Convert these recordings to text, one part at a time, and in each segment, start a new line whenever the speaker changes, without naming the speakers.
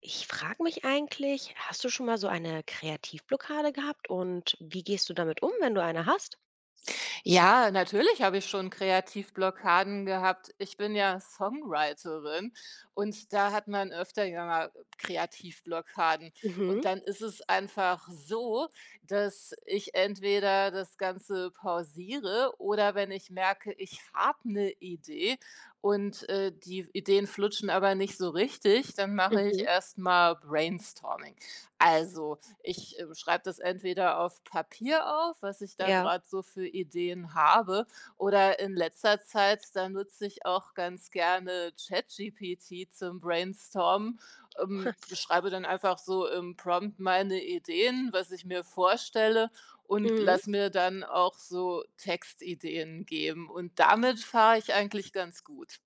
Ich frage mich eigentlich, hast du schon mal so eine Kreativblockade gehabt und wie gehst du damit um, wenn du eine hast?
Ja, natürlich habe ich schon Kreativblockaden gehabt. Ich bin ja Songwriterin und da hat man öfter ja mal Kreativblockaden. Und
Mhm,
dann ist es einfach so, dass ich entweder das Ganze pausiere oder wenn ich merke, ich habe eine Idee und die Ideen flutschen aber nicht so richtig, dann mache ich
mhm,
erstmal Brainstorming. Also ich, schreibe das entweder auf Papier auf, was ich da
ja.
gerade so für Ideen habe, oder in letzter Zeit, da nutze ich auch ganz gerne ChatGPT zum Brainstormen, schreibe dann einfach so im Prompt meine Ideen, was ich mir vorstelle und
Mhm.
lass mir dann auch so Textideen geben. Und damit fahre ich eigentlich ganz gut.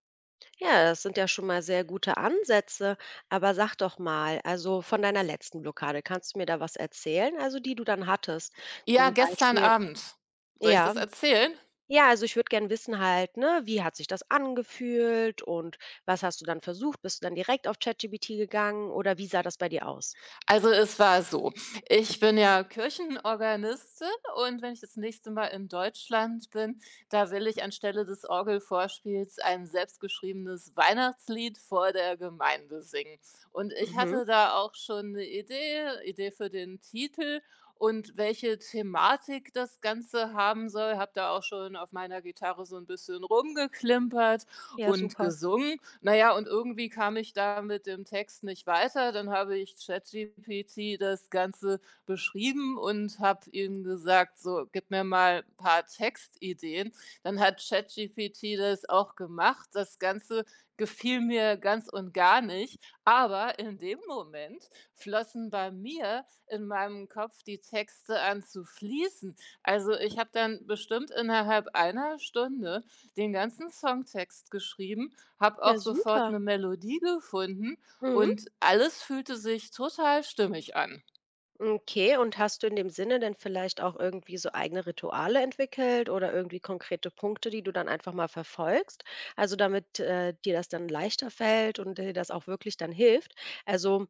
Ja, das sind ja schon mal sehr gute Ansätze, aber sag doch mal, also von deiner letzten Blockade, kannst du mir da was erzählen, also die du dann hattest?
Ja,
Zum
gestern
Beispiel,
Abend. Soll ich
ja,
das erzählen?
ja, also ich würde gern wissen halt, ne, wie hat sich das angefühlt und was hast du dann versucht? Bist du dann direkt auf ChatGPT gegangen oder wie sah das bei dir aus?
Also, es war so: Ich bin ja Kirchenorganistin und wenn ich das nächste Mal in Deutschland bin, da will ich anstelle des Orgelvorspiels ein selbstgeschriebenes Weihnachtslied vor der Gemeinde singen. Und ich
Mhm.
hatte da auch schon eine Idee für den Titel und welche Thematik das Ganze haben soll, habe da auch schon auf meiner Gitarre so ein bisschen rumgeklimpert
Ja,
und
super.
gesungen. Na ja, und irgendwie kam ich da mit dem Text nicht weiter. Dann habe ich ChatGPT das Ganze beschrieben und habe ihm gesagt: „So, gib mir mal 'n paar Textideen.“ Dann hat ChatGPT das auch gemacht. Das Ganze gefiel mir ganz und gar nicht, aber in dem Moment flossen bei mir in meinem Kopf die Texte an zu fließen. Also, ich habe dann bestimmt innerhalb einer Stunde den ganzen Songtext geschrieben, habe
Ja,
auch sofort
super.
'ne Melodie gefunden
Mhm.
und alles fühlte sich total stimmig an.
Okay, und hast du in dem Sinne denn vielleicht auch irgendwie so eigene Rituale entwickelt oder irgendwie konkrete Punkte, die du dann einfach mal verfolgst? Also damit dir das dann leichter fällt und dir das auch wirklich dann hilft. Also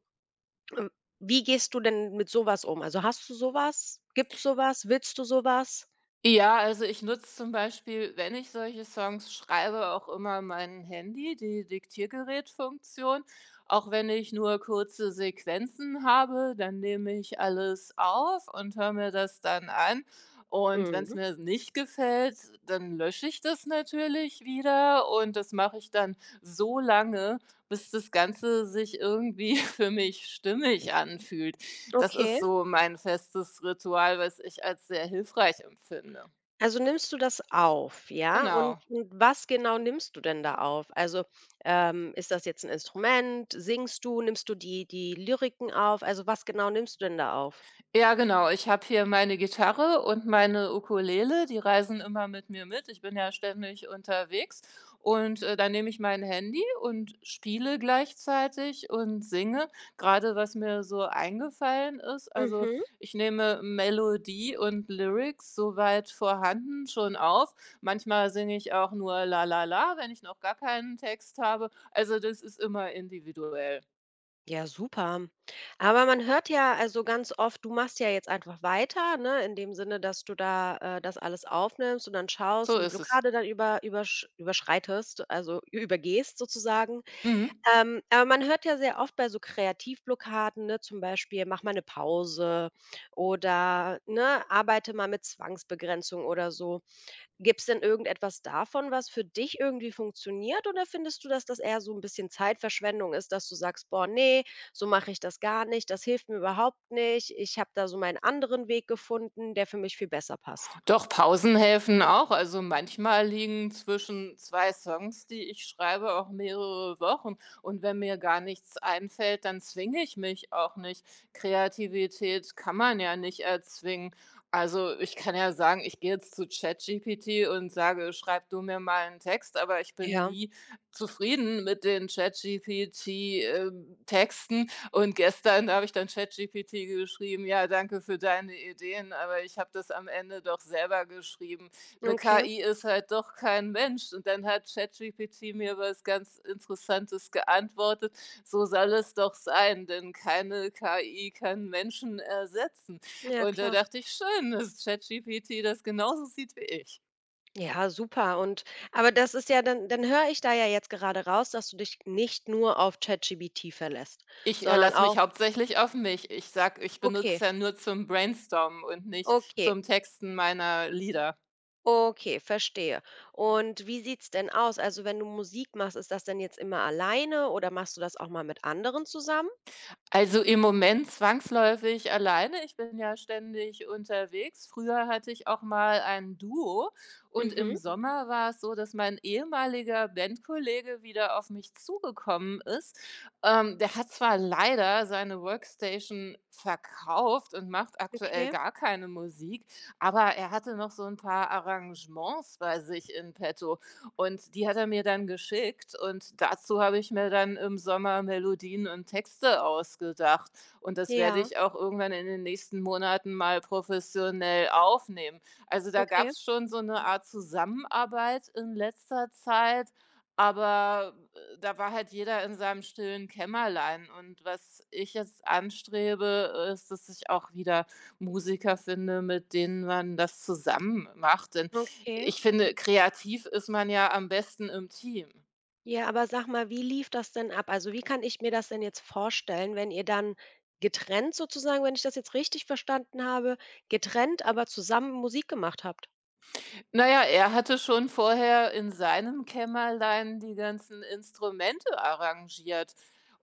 ähm, wie gehst du denn mit sowas um? Also hast du sowas? Gibt's sowas? Willst du sowas?
Ja, also ich nutze zum Beispiel, wenn ich solche Songs schreibe, auch immer mein Handy, die Diktiergerätfunktion. Auch wenn ich nur kurze Sequenzen habe, dann nehme ich alles auf und höre mir das dann an. Und wenn
Mhm.
es mir nicht gefällt, dann lösche ich das natürlich wieder und das mache ich dann so lange, bis das Ganze sich irgendwie für mich stimmig anfühlt. Das ist
Okay.
so mein festes Ritual, was ich als sehr hilfreich empfinde.
Also, nimmst du das auf, ja? Und
Genau.
was genau nimmst du denn da auf? Also, ist das jetzt ein Instrument? Singst du? Nimmst du die Lyriken auf? Also, was genau nimmst du denn da auf?
Ja, genau. Ich habe hier meine Gitarre und meine Ukulele, die reisen immer mit mir mit. Ich bin ja ständig unterwegs, und dann nehme ich mein Handy und spiele gleichzeitig und singe, gerade was mir so eingefallen ist. Also,
Mhm.
ich nehme Melodie und Lyrics soweit vorhanden schon auf. Manchmal singe ich auch nur „La la la“, wenn ich noch gar keinen Text habe. Also, das ist immer individuell.
Ja, super. Aber man hört ja also ganz oft, du machst ja jetzt einfach weiter, ne, in dem Sinne, dass du da, das alles aufnimmst und dann schaust
So
und die
ist es.
Blockade dann überschreitest, also übergehst sozusagen.
Mhm.
Aber man hört ja sehr oft bei so Kreativblockaden, ne, zum Beispiel: „Mach mal eine Pause“ oder, ne, „arbeite mal mit Zwangsbegrenzung“ oder so. Gibt es denn irgendetwas davon, was für dich irgendwie funktioniert oder findest du, dass das eher so ein bisschen Zeitverschwendung ist, dass du sagst: „Boah, nee, so mache ich das gar nicht, das hilft mir überhaupt nicht. Ich habe da so meinen anderen Weg gefunden, der für mich viel besser passt.“
Doch, Pausen helfen auch. Also manchmal liegen zwischen 2 Songs, die ich schreibe, auch mehrere Wochen. Und wenn mir gar nichts einfällt, dann zwinge ich mich auch nicht. Kreativität kann man ja nicht erzwingen. Also ich kann ja sagen, ich gehe jetzt zu ChatGPT und sage, schreib du mir mal einen Text, aber ich bin
Ja,
nie zufrieden mit den ChatGPT-Texten, und gestern habe ich dann ChatGPT geschrieben, ja, danke für deine Ideen, aber ich habe das am Ende doch selber geschrieben. 'Ne
okay.
KI ist halt doch kein Mensch. Und dann hat ChatGPT mir was ganz Interessantes geantwortet: „So soll es doch sein, denn keine KI kann Menschen ersetzen.“
Ja,
Und da
klar.
dachte ich: „Schön, dass ChatGPT das genauso sieht wie ich.“
Ja, super und aber das ist ja dann höre ich da ja jetzt gerade raus, dass du dich nicht nur auf ChatGPT verlässt,
Ich
sondern
lasse
auch
mich hauptsächlich auf mich. Ich sage, ich benutze
okay,
es ja nur zum Brainstormen und nicht
okay,
zum Texten meiner Lieder.
okay, verstehe. Und wie sieht's denn aus? Also, wenn du Musik machst, ist das denn jetzt immer alleine oder machst du das auch mal mit anderen zusammen?
Also, im Moment zwangsläufig alleine. Ich bin ja ständig unterwegs. Früher hatte ich auch mal ein Duo und
Mhm,
im Sommer war es so, dass mein ehemaliger Bandkollege wieder auf mich zugekommen ist. Der hat zwar leider seine Workstation verkauft und macht aktuell
okay.
gar keine Musik, aber er hatte noch so ein paar Arrangements bei sich in petto. Und die hat er mir dann geschickt und dazu habe ich mir dann im Sommer Melodien und Texte ausgedacht. Und das werde
Ja,
ich auch irgendwann in den nächsten Monaten mal professionell aufnehmen. Also da gab
okay,
es schon so eine Art Zusammenarbeit in letzter Zeit, aber da war halt jeder in seinem stillen Kämmerlein. Und was ich jetzt anstrebe, ist, dass ich auch wieder Musiker finde, mit denen man das zusammen macht. Denn
okay.
ich finde, kreativ ist man ja am besten im Team.
Ja, aber sag mal, wie lief das denn ab? Also, wie kann ich mir das denn jetzt vorstellen, wenn ihr dann getrennt sozusagen, wenn ich das jetzt richtig verstanden habe, getrennt, aber zusammen Musik gemacht habt?
Na ja, er hatte schon vorher in seinem Kämmerlein die ganzen Instrumente arrangiert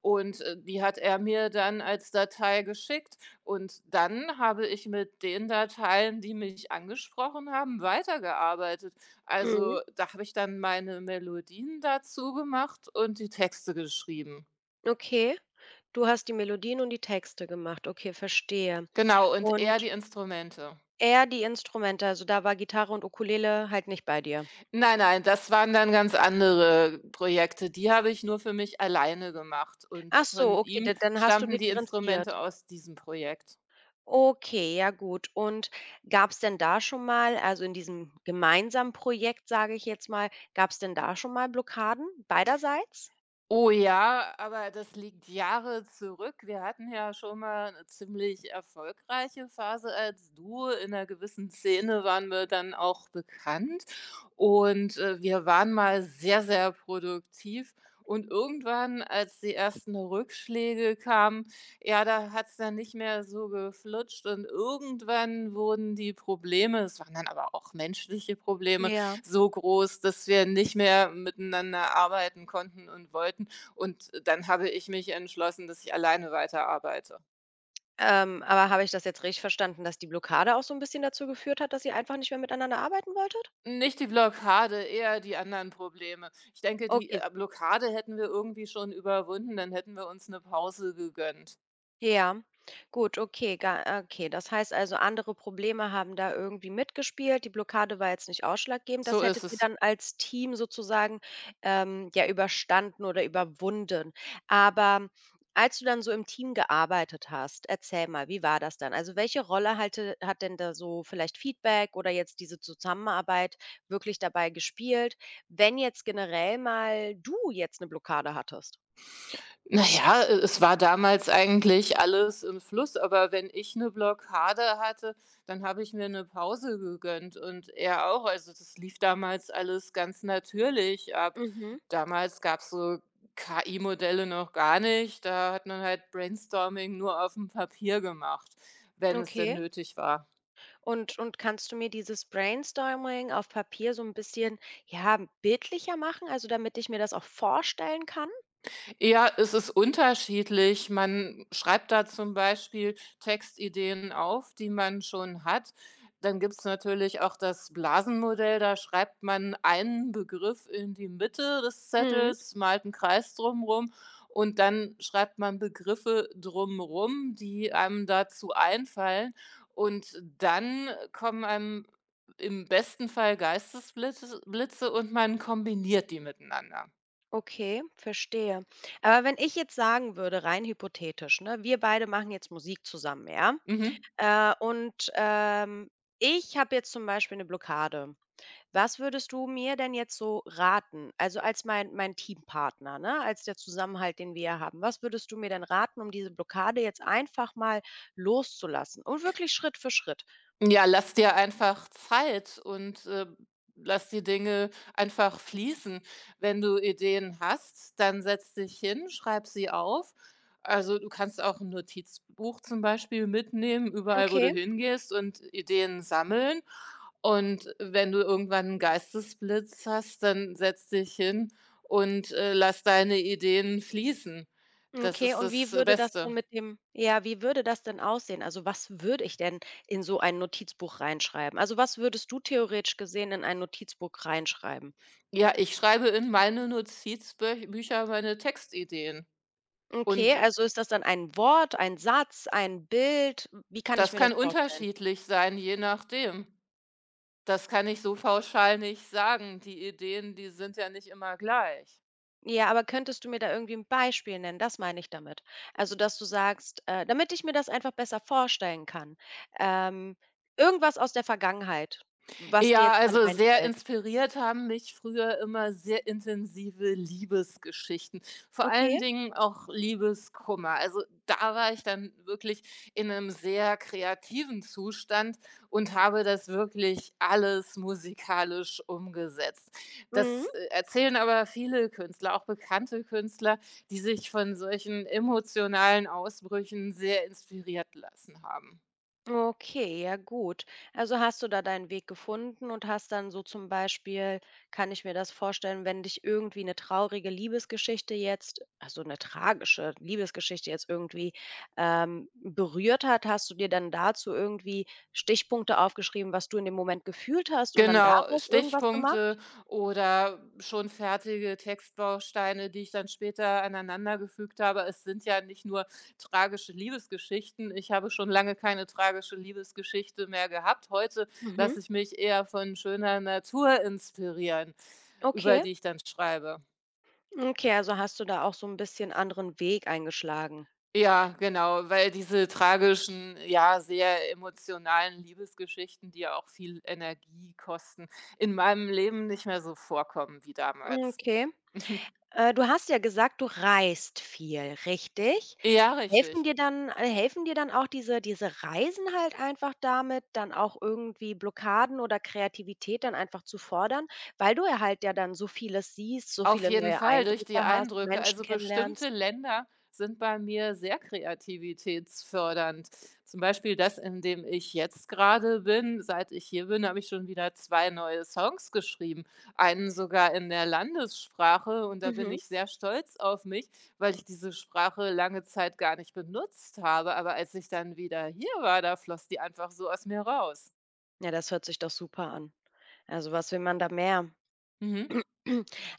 und, äh, die hat er mir dann als Datei geschickt und dann habe ich mit den Dateien, die mich angesprochen haben, weitergearbeitet.
Mhm,
Also, da habe ich dann meine Melodien dazu gemacht und die Texte geschrieben.
okay. Du hast die Melodien und die Texte gemacht. Okay, verstehe.
Genau, und er
Und
die Instrumente.
er die Instrumente, also da war Gitarre und Ukulele halt nicht bei dir.
Nein, nein, das waren dann ganz andere Projekte. Die habe ich nur für mich alleine gemacht und
Ach so,
von
okay, da
ihm
dann hast du
stammten die
differenziert.
Instrumente aus diesem Projekt.
Okay, ja gut. Und gab es denn da schon mal also, in diesem gemeinsamen Projekt, sage ich jetzt mal, gab es denn da schon mal Blockaden beiderseits?
Oh ja, aber das liegt Jahre zurück. Wir hatten ja schon mal eine ziemlich erfolgreiche Phase als Duo. In einer gewissen Szene waren wir dann auch bekannt und wir waren mal sehr, sehr produktiv. Und irgendwann, als die ersten Rückschläge kamen, ja, da hat es dann nicht mehr so geflutscht und irgendwann wurden die Probleme, es waren dann aber auch menschliche Probleme,
Ja.
so groß, dass wir nicht mehr miteinander arbeiten konnten und wollten. Und dann habe ich mich entschlossen, dass ich alleine weiterarbeite.
Aber habe ich das jetzt richtig verstanden, dass die Blockade auch so ein bisschen dazu geführt hat, dass ihr einfach nicht mehr miteinander arbeiten wolltet?
Nicht die Blockade, eher die anderen Probleme. Ich denke, die
Okay.
äh, Blockade hätten wir irgendwie schon überwunden, dann hätten wir uns eine Pause gegönnt.
Ja, gut, okay, okay. Das heißt also, andere Probleme haben da irgendwie mitgespielt. Die Blockade war jetzt nicht ausschlaggebend. Das
So ist
hättet ihr
es.
dann als Team sozusagen, ja, überstanden oder überwunden. Aber als du dann so im Team gearbeitet hast, erzähl mal, wie war das dann? Also, welche Rolle hat denn da so vielleicht Feedback oder jetzt diese Zusammenarbeit wirklich dabei gespielt, wenn jetzt generell mal du jetzt eine Blockade hattest?
Na ja, e es war damals eigentlich alles im Fluss, aber wenn ich eine Blockade hatte, dann habe ich mir eine Pause gegönnt und er auch. Also, das lief damals alles ganz natürlich ab.
Mhm,
Damals gab es so KI-Modelle noch gar nicht. Da hat man halt Brainstorming nur auf dem Papier gemacht, wenn es denn
okay.
nötig war.
Und kannst du mir dieses Brainstorming auf Papier so ein bisschen, ja, bildlicher machen, also damit ich mir das auch vorstellen kann?
Ja, es ist unterschiedlich. Man schreibt da zum Beispiel Textideen auf, die man schon hat. Dann gibt es natürlich auch das Blasenmodell, da schreibt man einen Begriff in die Mitte des
Mhm.
Zettels, malt einen Kreis drumherum und dann schreibt man Begriffe drumherum, die einem dazu einfallen. Und dann kommen einem im besten Fall Geistesblitze Blitze und man kombiniert die miteinander.
Okay, verstehe. Aber wenn ich jetzt sagen würde, rein hypothetisch, ne, wir beide machen jetzt Musik zusammen, ja?
Mhm.
Äh, und, ähm, Ich habe jetzt zum Beispiel eine Blockade. Was würdest du mir denn jetzt so raten? Also, als mein Teampartner, ne, als der Zusammenhalt, den wir ja haben. Was würdest du mir denn raten, um diese Blockade jetzt einfach mal loszulassen und wirklich Schritt für Schritt?
Ja, lass dir einfach Zeit, und lass die Dinge einfach fließen. Wenn du Ideen hast, dann setz dich hin, schreib sie auf. Also, du kannst auch ein Notizbuch zum Beispiel mitnehmen, überall, wo du
Okay,
hingehst und Ideen sammeln. Und wenn du irgendwann einen Geistesblitz hast, dann setz dich hin, und lass deine Ideen fließen. Das
okay.
ist
Und wie
das
würde das denn
Beste.
mit dem ja, wie würde das denn aussehen? Also, was würde ich denn in so ein Notizbuch reinschreiben? Also, was würdest du theoretisch gesehen in ein Notizbuch reinschreiben?
Ja, ich schreibe in meine Notizbücher meine Textideen.
Okay,
Und
also ist das dann ein Wort, ein Satz, ein Bild? Wie kann ich
das
mir das
kann
vorstellen?
unterschiedlich sein, je nachdem. Das kann ich so pauschal nicht sagen. Die Ideen, die sind ja nicht immer gleich.
Ja, aber könntest du mir da irgendwie ein Beispiel nennen? Das meine ich damit. Also, dass du sagst, damit ich mir das einfach besser vorstellen kann. Ähm, Irgendwas aus der Vergangenheit, was dir
Ja,
jetzt grade
also sehr
einfällt.
inspiriert haben mich früher immer sehr intensive Liebesgeschichten, vor allen
Okay,
Dingen auch Liebeskummer. Also da war ich dann wirklich in einem sehr kreativen Zustand und habe das wirklich alles musikalisch umgesetzt.
mhm.
Das erzählen aber viele Künstler, auch bekannte Künstler, die sich von solchen emotionalen Ausbrüchen sehr inspiriert lassen haben.
Okay, ja gut. Also hast du da deinen Weg gefunden und hast dann so zum Beispiel, kann ich mir das vorstellen, wenn dich irgendwie eine traurige Liebesgeschichte jetzt, also eine tragische Liebesgeschichte jetzt irgendwie berührt hat, hast du dir dann dazu irgendwie Stichpunkte aufgeschrieben, was du in dem Moment gefühlt hast und dann
Genau,
daraus irgendwas gemacht?
Stichpunkte oder schon fertige Textbausteine, die ich dann später aneinandergefügt habe. Es sind ja nicht nur tragische Liebesgeschichten. Ich habe schon lange keine tragische Liebesgeschichte mehr gehabt. Heute
Mhm.
lasse ich mich eher von schöner Natur inspirieren, über
Okay.
die ich dann schreibe.
Okay, also hast du da auch so ein bisschen anderen Weg eingeschlagen.
Ja, genau, weil diese tragischen, ja, sehr emotionalen Liebesgeschichten, die ja auch viel Energie kosten, in meinem Leben nicht mehr so vorkommen wie damals.
Okay. Du hast ja gesagt, du reist viel, richtig?
Ja, richtig.
Helfen dir dann auch diese Reisen halt einfach damit, dann auch irgendwie Blockaden oder Kreativität dann einfach zu fordern, weil du ja halt ja dann so vieles siehst, so
Auf
viele
jeden
neue
Fall durch die
Eindrücke hast,
Eindrücke.
Menschen
Also
kennenlernst?
bestimmte Länder sind bei mir sehr kreativitätsfördernd. Zum Beispiel das, in dem ich jetzt gerade bin. Seit ich hier bin, habe ich schon wieder zwei neue Songs geschrieben. Einen sogar in der Landessprache. Und da bin
Mhm.
ich sehr stolz auf mich, weil ich diese Sprache lange Zeit gar nicht benutzt habe. Aber als ich dann wieder hier war, da floss die einfach so aus mir raus.
Ja, das hört sich doch super an. Also, was will man da mehr?
Mhm.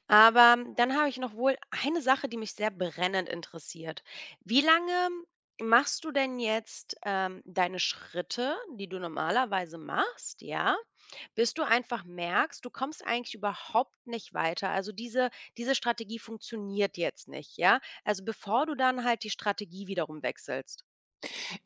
Aber dann habe ich noch wohl eine Sache, die mich sehr brennend interessiert. Wie lange machst du denn jetzt, deine Schritte, die du normalerweise machst, ja, bis du einfach merkst, du kommst eigentlich überhaupt nicht weiter? Also, diese Strategie funktioniert jetzt nicht, ja? Also, bevor du dann halt die Strategie wiederum wechselst.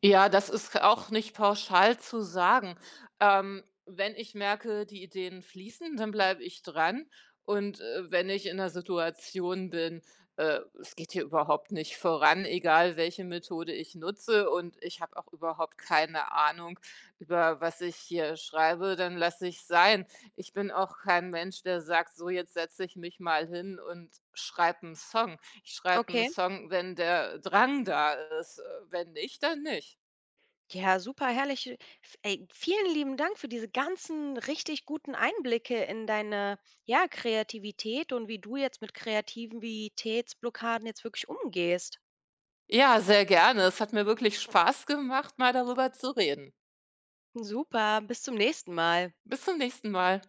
Ja, das ist auch nicht pauschal zu sagen. Wenn ich merke, die Ideen fließen, dann bleibe ich dran. Und wenn ich in einer Situation bin, es geht hier überhaupt nicht voran, egal welche Methode ich nutze und ich habe auch überhaupt keine Ahnung, über was ich hier schreibe, dann lasse ich sein. Ich bin auch kein Mensch, der sagt: „So, jetzt setze ich mich mal hin und schreibe einen Song.“ Ich schreibe einen
Okay.
Song, wenn der Drang da ist, wenn nicht, dann nicht.
Ja, super herrlich. Ey, vielen lieben Dank für diese ganzen richtig guten Einblicke in deine, ja, Kreativität und wie du jetzt mit Kreativitätsblockaden jetzt wirklich umgehst.
Ja, sehr gerne. Es hat mir wirklich Spaß gemacht, mal darüber zu reden.
Super, bis zum nächsten Mal.
Bis zum nächsten Mal.